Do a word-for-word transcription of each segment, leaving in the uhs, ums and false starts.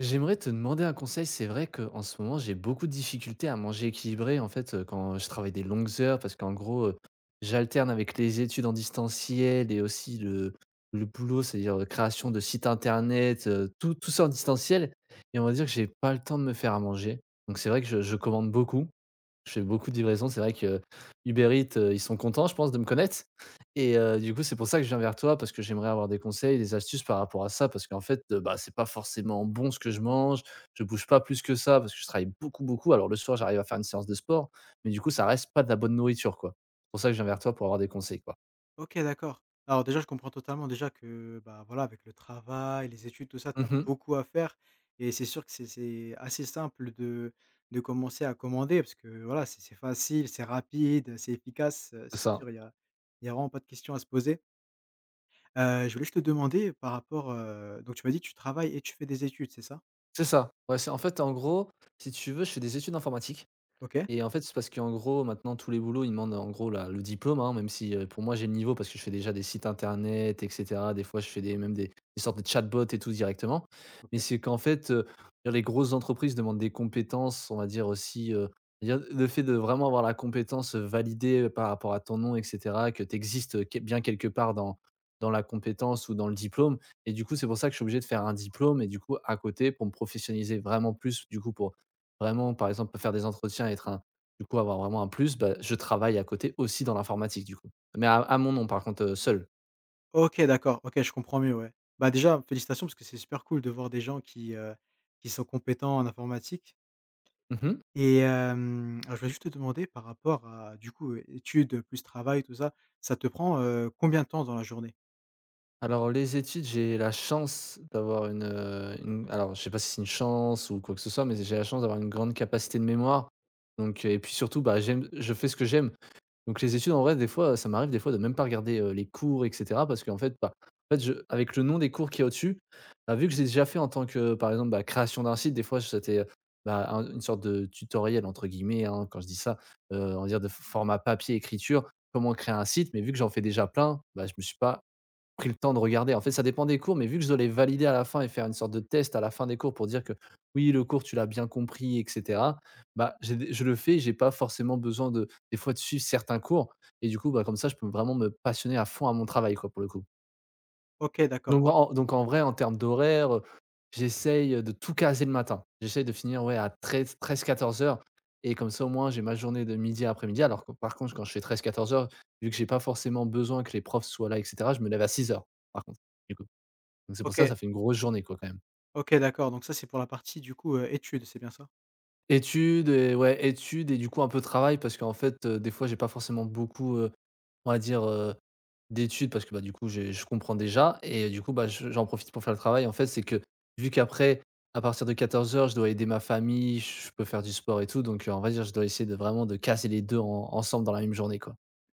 J'aimerais te demander un conseil. C'est vrai qu'en ce moment, j'ai beaucoup de difficultés à manger équilibré. En fait, heu, quand je travaille des longues heures, parce qu'en gros, heu, j'alterne avec les études en distanciel et aussi le le boulot, c'est-à-dire, heu, création de sites internet, heu, tout tout ça en distanciel et on va dire que j'ai pas le temps de me faire à manger. Donc c'est vrai que je je commande beaucoup, je fais beaucoup de livraisons. C'est vrai que Uber Eats, heu, ils sont contents, je pense, de me connaître et heu, du coup, c'est pour ça que je viens vers toi parce que j'aimerais avoir des conseils, des astuces par rapport à ça parce qu'en fait, heu, bah, c'est pas forcément bon ce que je mange. Je bouge pas plus que ça parce que je travaille beaucoup, beaucoup. Alors le soir, j'arrive à faire une séance de sport, mais du coup, ça reste pas de la bonne nourriture, quoi. C'est pour ça que je viens vers toi pour avoir des conseils, quoi. OK, d'accord. Alors déjà, je comprends totalement déjà que, bah, voilà, avec le travail, les études, tout ça, tu as Mmh. beaucoup à faire et c'est sûr que c'est c'est assez simple de de commencer à commander parce que, voilà, c'est c'est facile, c'est rapide, c'est efficace, heu, C'est c'est ça. sûr, il y a il y a vraiment pas de question à se poser. Heu, je voulais juste te demander par rapport, heu, donc tu m'as dit que tu travailles et tu fais des études, c'est ça? C'est ça, ouais. C'est en fait, en gros, si tu veux, je fais des études informatiques. OK. Et en fait, c'est parce qu'en gros, maintenant, tous les boulots, ils demandent, en gros, la le diplôme, hein, même si, heu, pour moi, j'ai le niveau parce que je fais déjà des sites internet et cetera. Des fois, je fais des même des des sortes de chatbots et tout directement. Mais OK. c'est qu'en fait, heu, les grosses entreprises demandent des compétences, on va dire aussi, heu, dire le fait de vraiment avoir la compétence, validée par rapport à ton nom et cetera, que tu existes, bien quelque part dans dans la compétence ou dans le diplôme. Et du coup, c'est pour ça que je suis obligé de faire un diplôme et du coup, à côté, pour me professionnaliser vraiment plus, du coup, pour vraiment, par exemple, faire des entretiens, être un du coup, avoir vraiment un plus, bah, je travaille à côté aussi dans l'informatique du coup. Mais à à mon nom par contre, heu, seul. OK, d'accord. OK, je comprends mieux, ouais. Bah, déjà, félicitations parce que c'est super cool de voir des gens qui, heu, qui sont compétents en informatique. Mmh. Et hem, alors je voulais juste te demander par rapport à du coup, heu, études plus travail tout ça, ça te prend, heu, combien de temps dans la journée? Alors les études, j'ai la chance d'avoir une, heu, une alors je sais pas si c'est une chance ou quoi que ce soit, mais j'ai la chance d'avoir une grande capacité de mémoire. Donc, heu et puis surtout, bah, j'aime je fais ce que j'aime. Donc les études en vrai des fois, ça m'arrive des fois de même pas regarder, heu, les cours et cetera parce qu'en fait, bah, en fait je, avec le nom des cours qui est au-dessus, bah, vu que j'ai déjà fait en tant que, par exemple, bah, création d'un site, des fois c'était, bah, un une sorte de «tutoriel» entre guillemets, hein, quand je dis ça, heu, on va dire de format papier écriture, comment créer un site, mais vu que j'en fais déjà plein, bah, je me suis pas pris le temps de regarder. En fait, ça dépend des cours, mais vu que je dois les valider à la fin et faire une sorte de test à la fin des cours pour dire que oui, le cours, tu l'as bien compris, et cetera, bah, j'ai des je le fais, j'ai pas forcément besoin de, des fois, de suivre certains cours et du coup, bah, comme ça, je peux vraiment me passionner à fond à mon travail, quoi, pour le coup. OK, d'accord. Donc en donc en vrai, en termes d'horaire, heu, j'essaye, euh, de tout caser le matin. J'essaye de finir, ouais, à treize, treize, quatorze heures, et comme ça, au moins, j'ai ma journée de midi à après-midi. Alors que par contre, quand je fais treize, quatorze heures, vu que j'ai pas forcément besoin que les profs soient là et cetera, je me lève à six heures par contre. Donc c'est pour ça, OK, ça fait une grosse journée quoi, quand même. OK, d'accord, donc ça c'est pour la partie du coup, heu, études, c'est bien ça? Études et, ouais, études et du coup un peu travail parce qu'en fait, heu, des fois j'ai pas forcément beaucoup, heu, on va dire, heu, d'études parce que, bah, du coup j'ai je comprends déjà et euh, du coup, bah, je j'en profite pour faire le travail. En fait, c'est que vu qu'après, à partir de quatorze heures je dois aider ma famille, je peux faire du sport et tout, donc, heu, on va dire je dois essayer de vraiment de casser les deux en ensemble dans la même journée, quoi.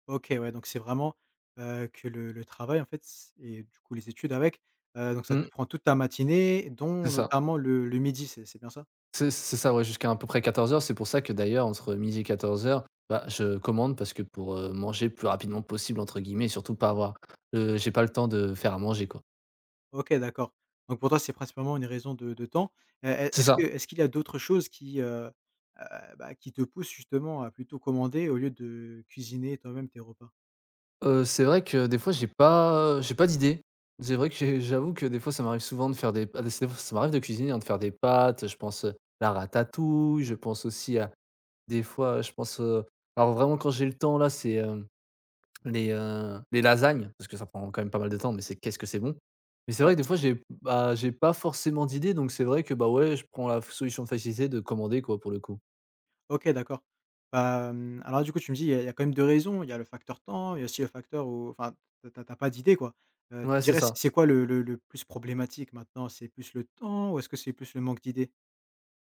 OK, ouais, donc c'est vraiment, heu, que le le travail en fait c et du coup les études avec, heu, donc ça te Mmh, prend toute ta matinée c'est dont ça. notamment le le midi, c'est c'est bien ça? C'est c'est ça, ouais, jusqu'à à peu près quatorze heures. C'est pour ça que d'ailleurs, entre midi et quatorze heures, bah, je commande parce que pour, heu, manger «plus rapidement possible» entre guillemets et surtout pas avoir, heu, j'ai pas le temps de faire à manger, quoi. OK, d'accord. Donc pour toi, c'est principalement une raison de de temps. Heu, est C'est est-ce ça. que est-ce qu'il y a d'autres choses qui, heu heu, bah, qui te poussent justement à plutôt commander au lieu de cuisiner toi-même tes repas? Heu, c'est vrai que des fois j'ai pas, j'ai pas d'idée. C'est vrai que j'ai j'avoue que des fois ça m'arrive souvent de faire des p des fois ça m'arrive de cuisiner, hein, de faire des pâtes, je pense, heu, la ratatouille, je pense aussi à des fois, je pense, heu alors vraiment quand j'ai le temps là, c'est, hem les, heu, les lasagnes, parce que ça prend quand même pas mal de temps, mais c'est qu'est-ce que c'est bon! Mais c'est Ouais, vrai que des fois c'est j'ai bah, j'ai pas forcément d'idée donc c'est vrai que, bah, ouais, je prends la solution de facilité de commander, quoi, pour le coup. OK, d'accord. Bah, mmh, alors du coup, tu me dis, il y a il y a quand même deux raisons. Il y a le facteur temps, il y a aussi le facteur où enfin, t'as as tu pas d'idée, quoi. Heu, Ouais, tu c'est dirais, c'est ça. c'est quoi le le le plus problématique maintenant? C'est plus le temps ou est-ce que c'est plus le manque d'idées?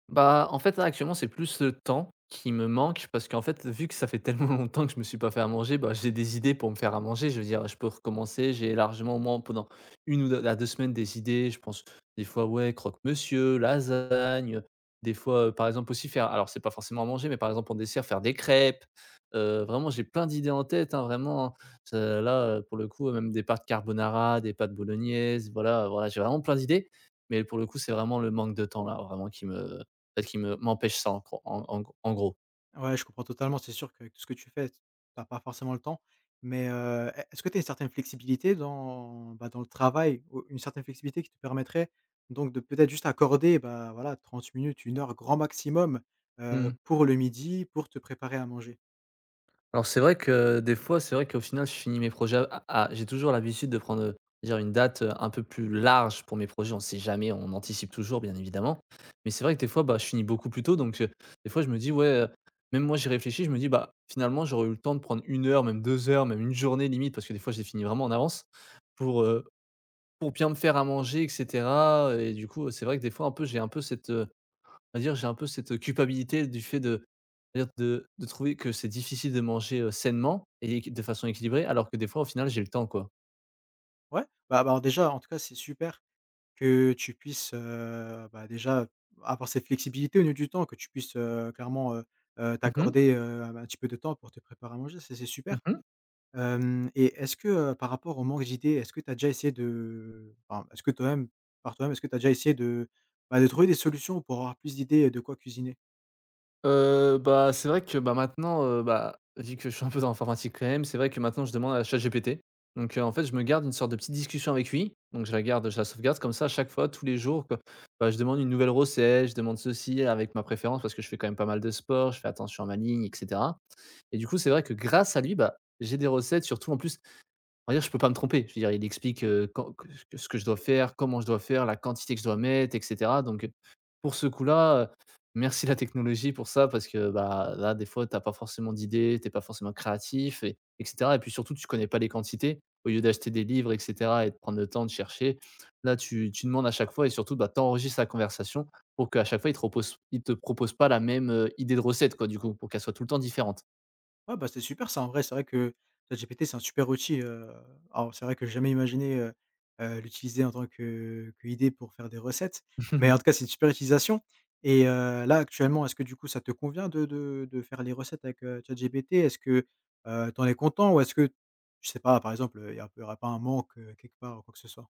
Bah, en fait, là, actuellement, c'est plus le temps qui me manque parce qu'en fait, vu que ça fait tellement longtemps que je me suis pas fait à manger, bah, j'ai des idées pour me faire à manger. Je veux dire, je peux recommencer. J'ai largement, au moins, pendant une ou deux, à deux semaines, des idées. Je pense des fois, ouais, croque-monsieur, lasagne. Des fois, euh, par exemple, aussi faire. Alors, c'est pas forcément à manger, mais par exemple, en dessert, faire des crêpes. Euh, vraiment, j'ai plein d'idées en tête, hein, vraiment, hein. Ça, là, euh, pour le coup, euh, même des pâtes carbonara, des pâtes bolognaises. Voilà, voilà j'ai vraiment plein d'idées. Mais pour le coup, c'est vraiment le manque de temps là, vraiment qui me, peut-être qui me m'empêche ça en gros en en en gros. Ouais, je comprends totalement. C'est sûr qu'avec tout ce que tu fais, tu as pas forcément le temps. Mais, heu, est est-ce que tu as une certaine flexibilité dans, bah, dans le travail? Ou une certaine flexibilité qui te permettrait donc de peut-être juste accorder, bah, voilà trente minutes, une heure grand maximum, heu, Mmh. pour le midi, pour te préparer à manger? Alors c'est vrai que des fois, c'est vrai qu'au final, je finis mes projets à à j'ai toujours l'habitude de prendre, heu, dire une date, heu, un peu plus large pour mes projets. On ne sait jamais, on anticipe toujours bien évidemment. Mais c'est vrai que des fois, bah, je finis beaucoup plus tôt, donc, heu, des fois je me dis: «Ouais», heu, même moi j'y réfléchis, je me dis: «Bah, finalement j'aurais eu le temps de prendre une heure, même deux heures, même une journée limite», parce que des fois je les finis vraiment en avance pour, heu, pour bien me faire à manger et cetera, et du coup, c'est vrai que des fois un peu j'ai un peu cette, heu on va dire, j'ai un peu cette culpabilité du fait de, on va dire, de de trouver que c'est difficile de manger, heu, sainement et équi de façon équilibrée, alors que des fois, au final, j'ai le temps, quoi. Ouais, bah, bah, alors déjà, en tout cas, c'est super que tu puisses, heu, bah, déjà avoir cette flexibilité au niveau du temps, que tu puisses, heu, clairement, heu heu, Mmh mh. t'accorder, heu, un petit peu de temps pour te préparer à manger, ça c'est super. Mmh. Hem et est-ce que, heu, par rapport au manque d'idées, est-ce que tu as déjà essayé de enfin, est-ce que toi-même, par toi-même, est-ce que tu as déjà essayé de, bah, de trouver des solutions pour avoir plus d'idées de quoi cuisiner? Bah, c'est vrai que, bah, maintenant, heu, bah, vu que je suis un peu dans l'informatique quand même, c'est vrai que maintenant je demande à ChatGPT. Donc, heu, en fait, je me garde une sorte de petite discussion avec lui. Donc je la garde, je la sauvegarde comme ça à chaque fois, tous les jours, quoi, bah, je demande une nouvelle recette, je demande ceci avec ma préférence parce que je fais quand même pas mal de sport, je fais attention à ma ligne et cetera. Et du coup, c'est vrai que grâce à lui, bah, j'ai des recettes surtout en plus, on va dire, je peux pas me tromper. Je veux dire, il explique, heu, quand que que ce que je dois faire, comment je dois faire, la quantité que je dois mettre et cetera. Donc, pour ce coup-là, heu, merci la technologie pour ça parce que, bah, là, des fois, t'as pas forcément d'idées, t'es pas forcément créatif et et et puis surtout, tu connais pas les quantités. Au lieu d'acheter des livres et cetera et de prendre le temps de chercher, là, tu tu demandes à chaque fois et surtout, bah, tu enregistres la conversation pour qu'à chaque fois, il te repose il te propose pas la même, heu, idée de recette, quoi, du coup, pour qu'elle soit tout le temps différente. Ouais, bah, c'est super ça en vrai. C'est vrai que ChatGPT, c'est un super outil, heu, alors c'est vrai que j'ai jamais imaginé, heu heu, l'utiliser en tant que que idée pour faire des recettes, mais en tout cas, c'est une super utilisation et heu, là, actuellement, est-ce que du coup, ça te convient de de de faire les recettes avec, heu, ChatGPT? Est-ce que, heu, tu en es content ou est-ce que, je sais pas, par exemple, il y a il y aura pas un manque, heu, quelque part ou quoi que ce soit?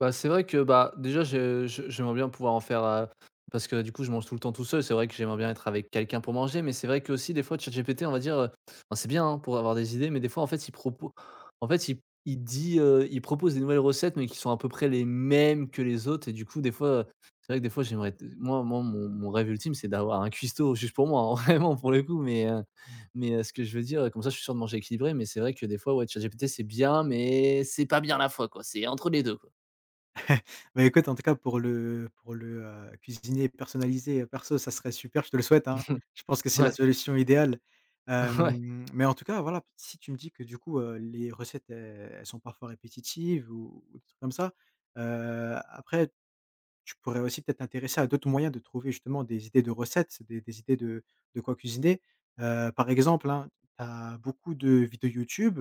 Bah, c'est vrai que, bah, déjà, je je j'aimerais bien pouvoir en faire, heu, parce que, du coup, je mange tout le temps tout seul. C'est vrai que j'aimerais bien être avec quelqu'un pour manger, mais c'est vrai que aussi des fois, ChatGPT, on va dire, heu, ben, c'est bien, hein, pour avoir des idées, mais des fois, en fait, il propo en fait, il il dit, heu, il propose des nouvelles recettes, mais qui sont à peu près les mêmes que les autres et du coup, des fois, heu, c'est vrai que, des fois, j'aimerais moi moi, mon mon rêve ultime, c'est d'avoir un cuistot juste pour moi, hein, vraiment, pour le coup, mais heu, mais heu, ce que je veux dire, comme ça, je suis sûr de manger équilibré, mais c'est vrai que, des fois, ouais, ChatGPT, c'est bien, mais c'est pas bien à la fois, quoi. C'est entre les deux, quoi. Bah, écoute, en tout cas, pour le pour le, heu, cuisiner personnalisé, heu, perso, ça serait super, je te le souhaite, hein. Je pense que c'est la Ouais, solution idéale. ouais, Hem, mais en tout cas, voilà, si tu me dis que du coup, heu, les recettes, heu, elles sont parfois répétitives ou ou des trucs comme ça, heu, après tu pourrais aussi peut-être t'intéresser à d'autres moyens de trouver justement des idées de recettes, des des idées de de quoi cuisiner. Heu, par exemple, hein, tu as beaucoup de vidéos YouTube.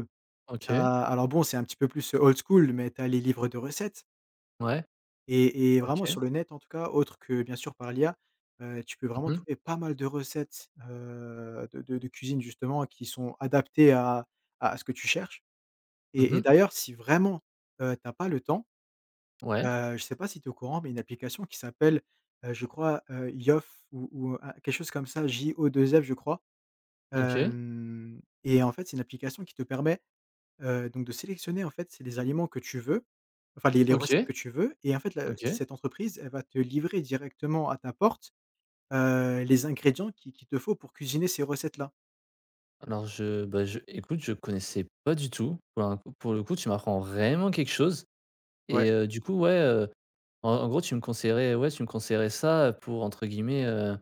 Tu OK, alors bon, c'est un petit peu plus old school, mais tu as les livres de recettes. ouais, Et et vraiment OK. sur le net en tout cas, autre que bien sûr par l'I A, heu, tu peux Mmh vraiment mh. trouver pas mal de recettes, heu, de de de cuisine justement qui sont adaptées à à ce que tu cherches et et Mmh. d'ailleurs si vraiment, heu, tu pas le temps, Ouais, heu, je sais pas si tu es au courant, mais une application qui s'appelle, heu, je crois, heu, Yoff ou ou un quelque chose comme ça, J-O-2-F je crois, OK, hem et en fait, c'est une application qui te permet. Heu, donc de sélectionner en fait, c'est les aliments que tu veux, enfin les les recettes OK, que tu veux et en fait la OK. cette entreprise, elle va te livrer directement à ta porte, heu, les ingrédients qui qu'il te faut pour cuisiner ces recettes-là. Alors je, bah, je écoute, je connaissais pas du tout. Pour un pour le coup, tu m'apprends vraiment quelque chose Ouais, et heu, du coup, ouais, heu, en en gros, tu me conseillerais ouais, tu me conseillerais ça pour entre guillemets, heu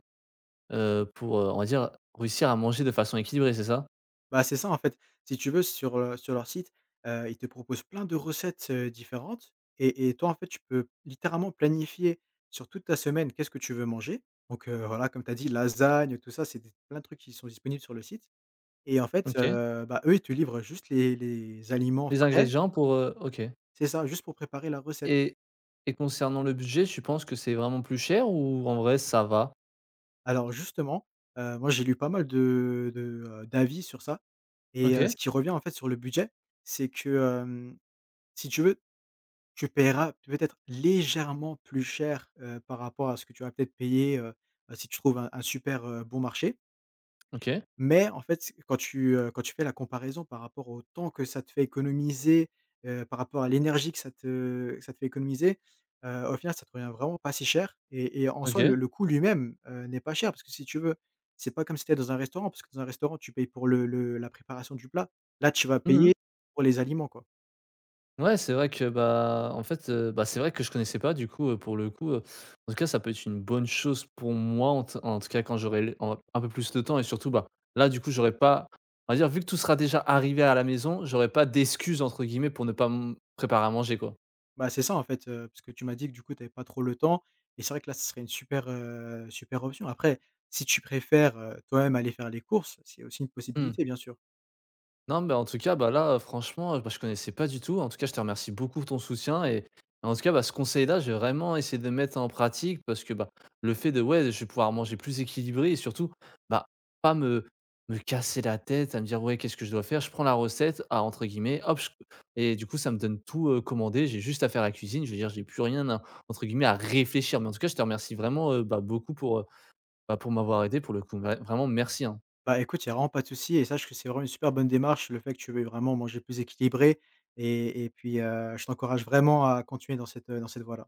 heu, pour, heu, on va dire, réussir à manger de façon équilibrée, c'est ça? bah, c'est ça en fait. Si tu veux sur, heu, sur leur site, heu, ils te proposent plein de recettes, heu, différentes et et toi en fait, tu peux littéralement planifier sur toute ta semaine qu'est-ce que tu veux manger. Donc, heu, voilà comme tu as dit lasagne, tout ça, c'est des plein de trucs qui sont disponibles sur le site et en fait, OK. heu, bah, eux, ils te livrent juste les les aliments Les frais. ingrédients pour, heu OK. C'est ça, juste pour préparer la recette. Et et concernant le budget, tu penses que c'est vraiment plus cher ou en vrai ça va? Alors justement, heu, moi j'ai lu pas mal de de, heu, d'avis sur ça et heu, OK, ce qui revient en fait sur le budget, c'est que, hem, si tu veux, tu paieras peut-être légèrement plus cher, heu, par rapport à ce que tu vas peut-être payer, heu, si tu trouves un un super, heu, bon marché. OK, Mais en fait, c'est quand tu, heu, quand tu fais la comparaison par rapport au temps que ça te fait économiser, heu, par rapport à l'énergie que ça te que ça te fait économiser, heu, au final, ça te revient vraiment pas si cher et et en soi, le OK. le coût lui-même, heu, n'est pas cher parce que si tu veux, c'est pas comme si tu étais dans un restaurant parce que dans un restaurant, tu payes pour le le la préparation du plat. Là, tu vas Mmh. payer pour les aliments, quoi. Ouais, c'est vrai que, bah, en fait, heu, bah, c'est vrai que je connaissais pas du coup, heu, pour le coup, heu, en tout cas, ça peut être une bonne chose pour moi en t en tout cas quand j'aurai l en un peu plus de temps et surtout, bah, là, du coup, j'aurais pas, on va dire, vu que tout sera déjà arrivé à la maison, j'aurais pas «d'excuses» entre guillemets pour ne pas m préparer à manger, quoi. Bah, c'est ça, en fait, heu, parce que tu m'as dit que du coup, tu avais pas trop le temps et c'est vrai que là, ce serait une super, heu, super option. Après, si tu préfères, heu, toi-même aller faire les courses, c'est aussi une Mmh. possibilité, bien sûr. Non, mais en tout cas, bah, là, heu, franchement, heu, bah, je connaissais pas du tout. En tout cas, je te remercie beaucoup pour ton soutien et en tout cas, bah, ce conseil-là, j'ai vraiment essayé de le mettre en pratique parce que, bah, le fait de ouais, je vais pouvoir manger plus équilibré et surtout, bah, pas me, me casser la tête à me dire: «Ouais, qu'est-ce que je dois faire?». Je prends la recette à entre guillemets, hop, j et du coup, ça me donne tout, heu, commandé. J'ai juste à faire la cuisine. Je veux dire, j'ai plus rien à entre guillemets «à réfléchir». Mais en tout cas, je te remercie vraiment, heu, bah, beaucoup pour, heu, bah, pour m'avoir aidé pour le coup. Vrai vraiment merci, hein. Bah, écoute, il y a vraiment pas de souci et sache que c'est vraiment une super bonne démarche, le fait que tu veuilles vraiment manger plus équilibré et et puis, heu, je t'encourage vraiment à continuer dans cette, dans cette voie-là.